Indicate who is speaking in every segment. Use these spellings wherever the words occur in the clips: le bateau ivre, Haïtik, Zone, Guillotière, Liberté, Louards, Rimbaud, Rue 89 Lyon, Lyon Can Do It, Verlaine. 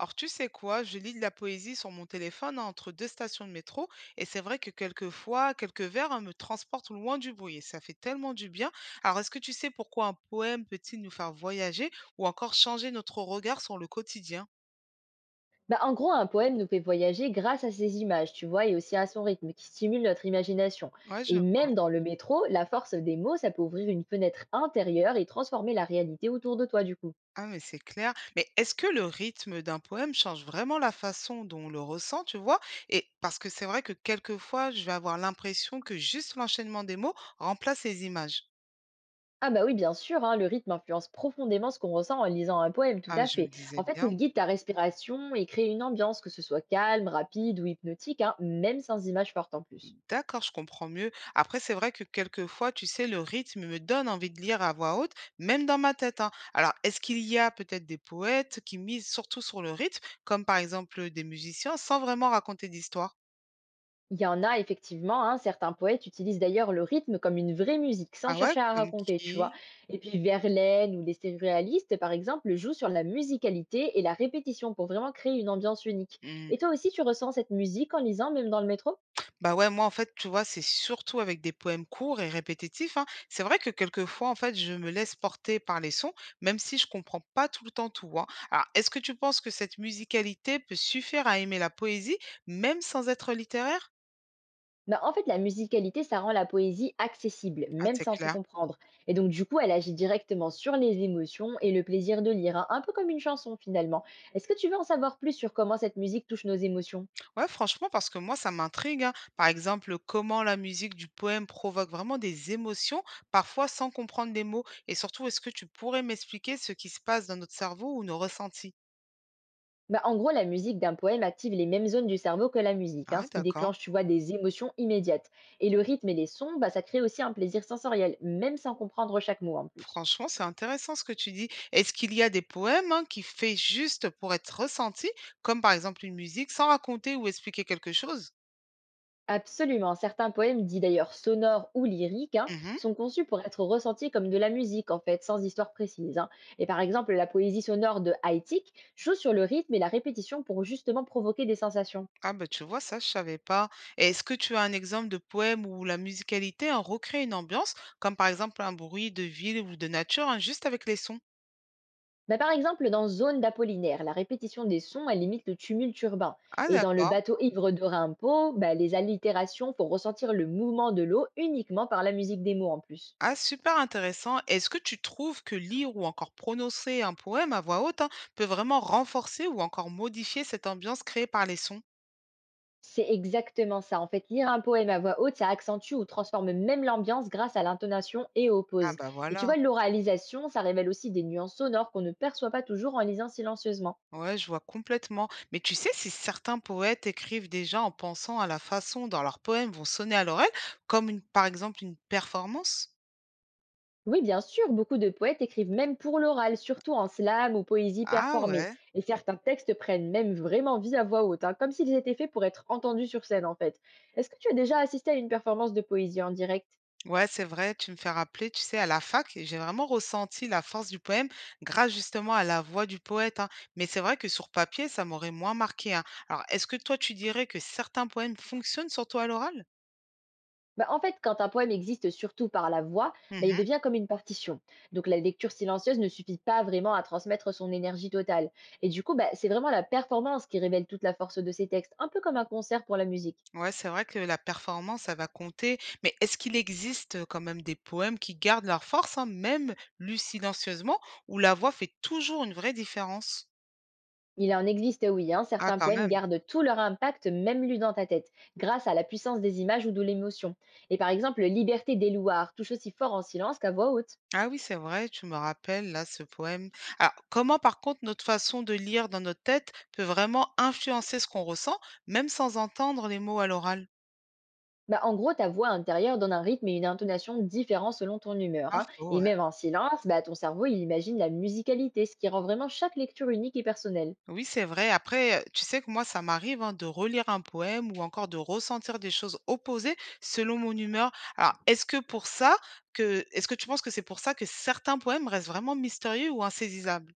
Speaker 1: Alors, tu sais quoi, je lis de la poésie sur mon téléphone hein, entre deux stations de métro et c'est vrai que quelquefois, quelques vers hein, me transportent loin du bruit et ça fait tellement du bien. Alors, est-ce que tu sais pourquoi un poème peut-il nous faire voyager ou encore changer notre regard sur le quotidien?
Speaker 2: Bah, en gros, un poème nous fait voyager grâce à ses images, tu vois, et aussi à son rythme qui stimule notre imagination.
Speaker 1: Ouais, je...
Speaker 2: Et même dans le métro, la force des mots, ça peut ouvrir une fenêtre intérieure et transformer la réalité autour de toi, du coup.
Speaker 1: Ah, mais c'est clair. Mais est-ce que le rythme d'un poème change vraiment la façon dont on le ressent, tu vois? Et parce que c'est vrai que quelquefois, je vais avoir l'impression que juste l'enchaînement des mots remplace les images.
Speaker 2: Ah bah oui, bien sûr, hein, le rythme influence profondément ce qu'on ressent en lisant un poème, tout
Speaker 1: Ah,
Speaker 2: à
Speaker 1: je
Speaker 2: fait.
Speaker 1: me disais
Speaker 2: En fait,
Speaker 1: bien.
Speaker 2: il guide ta respiration et crée une ambiance, que ce soit calme, rapide ou hypnotique, hein, même sans images fortes en plus.
Speaker 1: D'accord, je comprends mieux. Après, c'est vrai que quelquefois, tu sais, le rythme me donne envie de lire à voix haute, même dans ma tête, hein. Alors, est-ce qu'il y a peut-être des poètes qui misent surtout sur le rythme, comme par exemple des musiciens, sans vraiment raconter d'histoire?
Speaker 2: Il y en a effectivement, hein, certains poètes utilisent d'ailleurs le rythme comme une vraie musique, sans
Speaker 1: Ah ouais,
Speaker 2: chercher à
Speaker 1: comme
Speaker 2: raconter, tu vois.
Speaker 1: qui?
Speaker 2: Et puis Verlaine ou les surréalistes, par exemple, jouent sur la musicalité et la répétition pour vraiment créer une ambiance unique. Et toi aussi, tu ressens cette musique en lisant, même dans le métro?
Speaker 1: Bah, ouais, moi, en fait, tu vois, c'est surtout avec des poèmes courts et répétitifs, hein. C'est vrai que quelquefois, en fait, je me laisse porter par les sons, même si je comprends pas tout le temps tout, hein. Alors, est-ce que tu penses que cette musicalité peut suffire à aimer la poésie, même sans être littéraire?
Speaker 2: Bah, en fait, la musicalité, ça rend la poésie accessible,
Speaker 1: Ah,
Speaker 2: même
Speaker 1: c'est
Speaker 2: sans tout
Speaker 1: clair.
Speaker 2: comprendre. Et donc, du coup, elle agit directement sur les émotions et le plaisir de lire, hein, un peu comme une chanson finalement. Est-ce que tu veux en savoir plus sur comment cette musique touche nos émotions?
Speaker 1: Ouais, franchement, parce que moi, ça m'intrigue, hein. Par exemple, comment la musique du poème provoque vraiment des émotions, parfois sans comprendre les mots. Et surtout, est-ce que tu pourrais m'expliquer ce qui se passe dans notre cerveau ou nos ressentis?
Speaker 2: Bah, en gros, la musique d'un poème active les mêmes zones du cerveau que la musique, hein,
Speaker 1: Ah,
Speaker 2: ce qui
Speaker 1: d'accord.
Speaker 2: déclenche, tu vois, des émotions immédiates. Et le rythme et les sons, bah, ça crée aussi un plaisir sensoriel, même sans comprendre chaque mot en plus.
Speaker 1: Franchement, c'est intéressant ce que tu dis. Est-ce qu'il y a des poèmes, hein, qui fait juste pour être ressenti, comme par exemple une musique, sans raconter ou expliquer quelque chose?
Speaker 2: Absolument, certains poèmes, dits d'ailleurs sonores ou lyriques, hein,
Speaker 1: Mhm.
Speaker 2: sont conçus pour être ressentis comme de la musique, en fait, sans histoire précise, hein. Et par exemple, la poésie sonore de Haïtik joue sur le rythme et la répétition pour justement provoquer des sensations.
Speaker 1: Ah bah tu vois, ça je savais pas. Et est-ce que tu as un exemple de poème où la musicalité en recrée une ambiance, comme par exemple un bruit de ville ou de nature, hein, juste avec les sons?
Speaker 2: Bah, par exemple, dans Zone d'Apollinaire, la répétition des sons, elle limite le tumulte urbain.
Speaker 1: Ah
Speaker 2: Et dans le
Speaker 1: d'accord.
Speaker 2: bateau ivre de Rimbaud, bah, les allitérations font ressentir le mouvement de l'eau uniquement par la musique des mots en plus.
Speaker 1: Ah super intéressant. Est-ce que tu trouves que lire ou encore prononcer un poème à voix haute, hein, peut vraiment renforcer ou encore modifier cette ambiance créée par les sons?
Speaker 2: C'est exactement ça. En fait, lire un poème à voix haute, ça accentue ou transforme même l'ambiance grâce à l'intonation et aux
Speaker 1: Ah
Speaker 2: pauses.
Speaker 1: bah
Speaker 2: Et tu
Speaker 1: voilà.
Speaker 2: vois, l'oralisation, ça révèle aussi des nuances sonores qu'on ne perçoit pas toujours en lisant silencieusement.
Speaker 1: Ouais, je vois complètement. Mais tu sais, si certains poètes écrivent déjà en pensant à la façon dont leurs poèmes vont sonner à l'oreille, comme une, par exemple une performance?
Speaker 2: Oui, bien sûr, beaucoup de poètes écrivent même pour l'oral, surtout en slam ou poésie
Speaker 1: Ah
Speaker 2: performée.
Speaker 1: ouais.
Speaker 2: Et certains textes prennent même vraiment vie à voix haute, hein, comme s'ils étaient faits pour être entendus sur scène en fait. Est-ce que tu as déjà assisté à une performance de poésie en direct?
Speaker 1: Ouais, c'est vrai, tu me fais rappeler, tu sais, à la fac, et j'ai vraiment ressenti la force du poème grâce justement à la voix du poète, hein. Mais c'est vrai que sur papier, ça m'aurait moins marqué, hein. Alors, est-ce que toi, tu dirais que certains poèmes fonctionnent surtout à l'oral?
Speaker 2: Bah, en fait, quand un poème existe surtout par la voix, bah, il devient comme une partition. Donc la lecture silencieuse ne suffit pas vraiment à transmettre son énergie totale. Et du coup, bah, c'est vraiment la performance qui révèle toute la force de ces textes, un peu comme un concert pour la musique.
Speaker 1: Ouais, c'est vrai que la performance, ça va compter. Mais est-ce qu'il existe, quand même des poèmes qui gardent leur force, hein, même lus silencieusement, où la voix fait toujours une vraie différence?
Speaker 2: Il en existe, oui, hein,
Speaker 1: Ah
Speaker 2: certains
Speaker 1: quand
Speaker 2: poèmes
Speaker 1: même.
Speaker 2: gardent tout leur impact, même lu dans ta tête, grâce à la puissance des images ou de l'émotion. Et par exemple, Liberté des Louards touche aussi fort en silence qu'à voix haute.
Speaker 1: Ah oui, c'est vrai, tu me rappelles là ce poème. Alors, comment par contre notre façon de lire dans notre tête peut vraiment influencer ce qu'on ressent, même sans entendre les mots à l'oral?
Speaker 2: Bah, en gros, ta voix intérieure donne un rythme et une intonation différents selon ton humeur,
Speaker 1: Ah
Speaker 2: hein.
Speaker 1: faux,
Speaker 2: Et
Speaker 1: ouais.
Speaker 2: même en silence, bah, ton cerveau il imagine la musicalité, ce qui rend vraiment chaque lecture unique et personnelle.
Speaker 1: Oui, c'est vrai. Après, tu sais que moi, ça m'arrive, hein, de relire un poème ou encore de ressentir des choses opposées selon mon humeur. Alors, est-ce que tu penses que c'est pour ça que certains poèmes restent vraiment mystérieux ou insaisissables?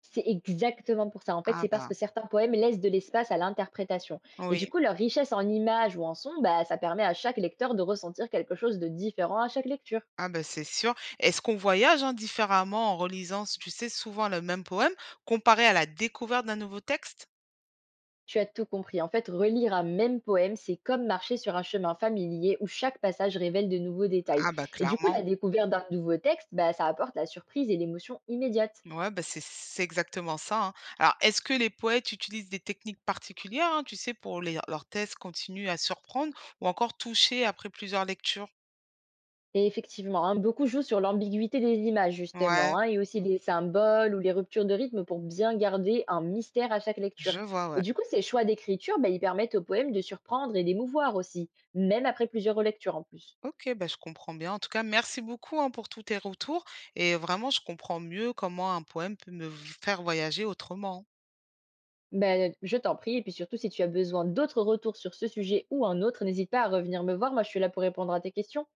Speaker 2: C'est exactement pour ça. En fait,
Speaker 1: Ah
Speaker 2: c'est parce que
Speaker 1: bah,
Speaker 2: certains poèmes laissent de l'espace à l'interprétation. Et du
Speaker 1: oui.
Speaker 2: coup, leur richesse en images ou en sons, bah, ça permet à chaque lecteur de ressentir quelque chose de différent à chaque lecture.
Speaker 1: Ah bah, c'est sûr. Est-ce qu'on voyage, hein, différemment en relisant, tu sais, souvent le même poème comparé à la découverte d'un nouveau texte?
Speaker 2: Tu as tout compris. En fait, relire un même poème, c'est comme marcher sur un chemin familier où chaque passage révèle de nouveaux détails.
Speaker 1: Ah bah,
Speaker 2: Et du coup,
Speaker 1: clairement.
Speaker 2: la découverte d'un nouveau texte, bah, ça apporte la surprise et l'émotion immédiate.
Speaker 1: Ouais, bah, c'est exactement ça, hein. Alors, est-ce que les poètes utilisent des techniques particulières, hein, tu sais, pour les leurs thèses continuent à surprendre ou encore toucher après plusieurs lectures?
Speaker 2: Et effectivement, hein, beaucoup jouent sur l'ambiguïté des images, justement,
Speaker 1: Ouais,
Speaker 2: hein, et aussi les symboles ou les ruptures de rythme pour bien garder un mystère à chaque
Speaker 1: je
Speaker 2: lecture.
Speaker 1: vois,
Speaker 2: Et
Speaker 1: ouais.
Speaker 2: du coup, ces choix d'écriture, bah, ils permettent au poème de surprendre et d'émouvoir aussi, même après plusieurs relectures en plus.
Speaker 1: Ok, bah, je comprends bien. En tout cas, merci beaucoup, hein, pour tous tes retours et vraiment, je comprends mieux comment un poème peut faire voyager autrement.
Speaker 2: Ben, je t'en prie, et puis surtout si tu as besoin d'autres retours sur ce sujet ou un autre, n'hésite pas à revenir me voir, moi je suis là pour répondre à tes questions.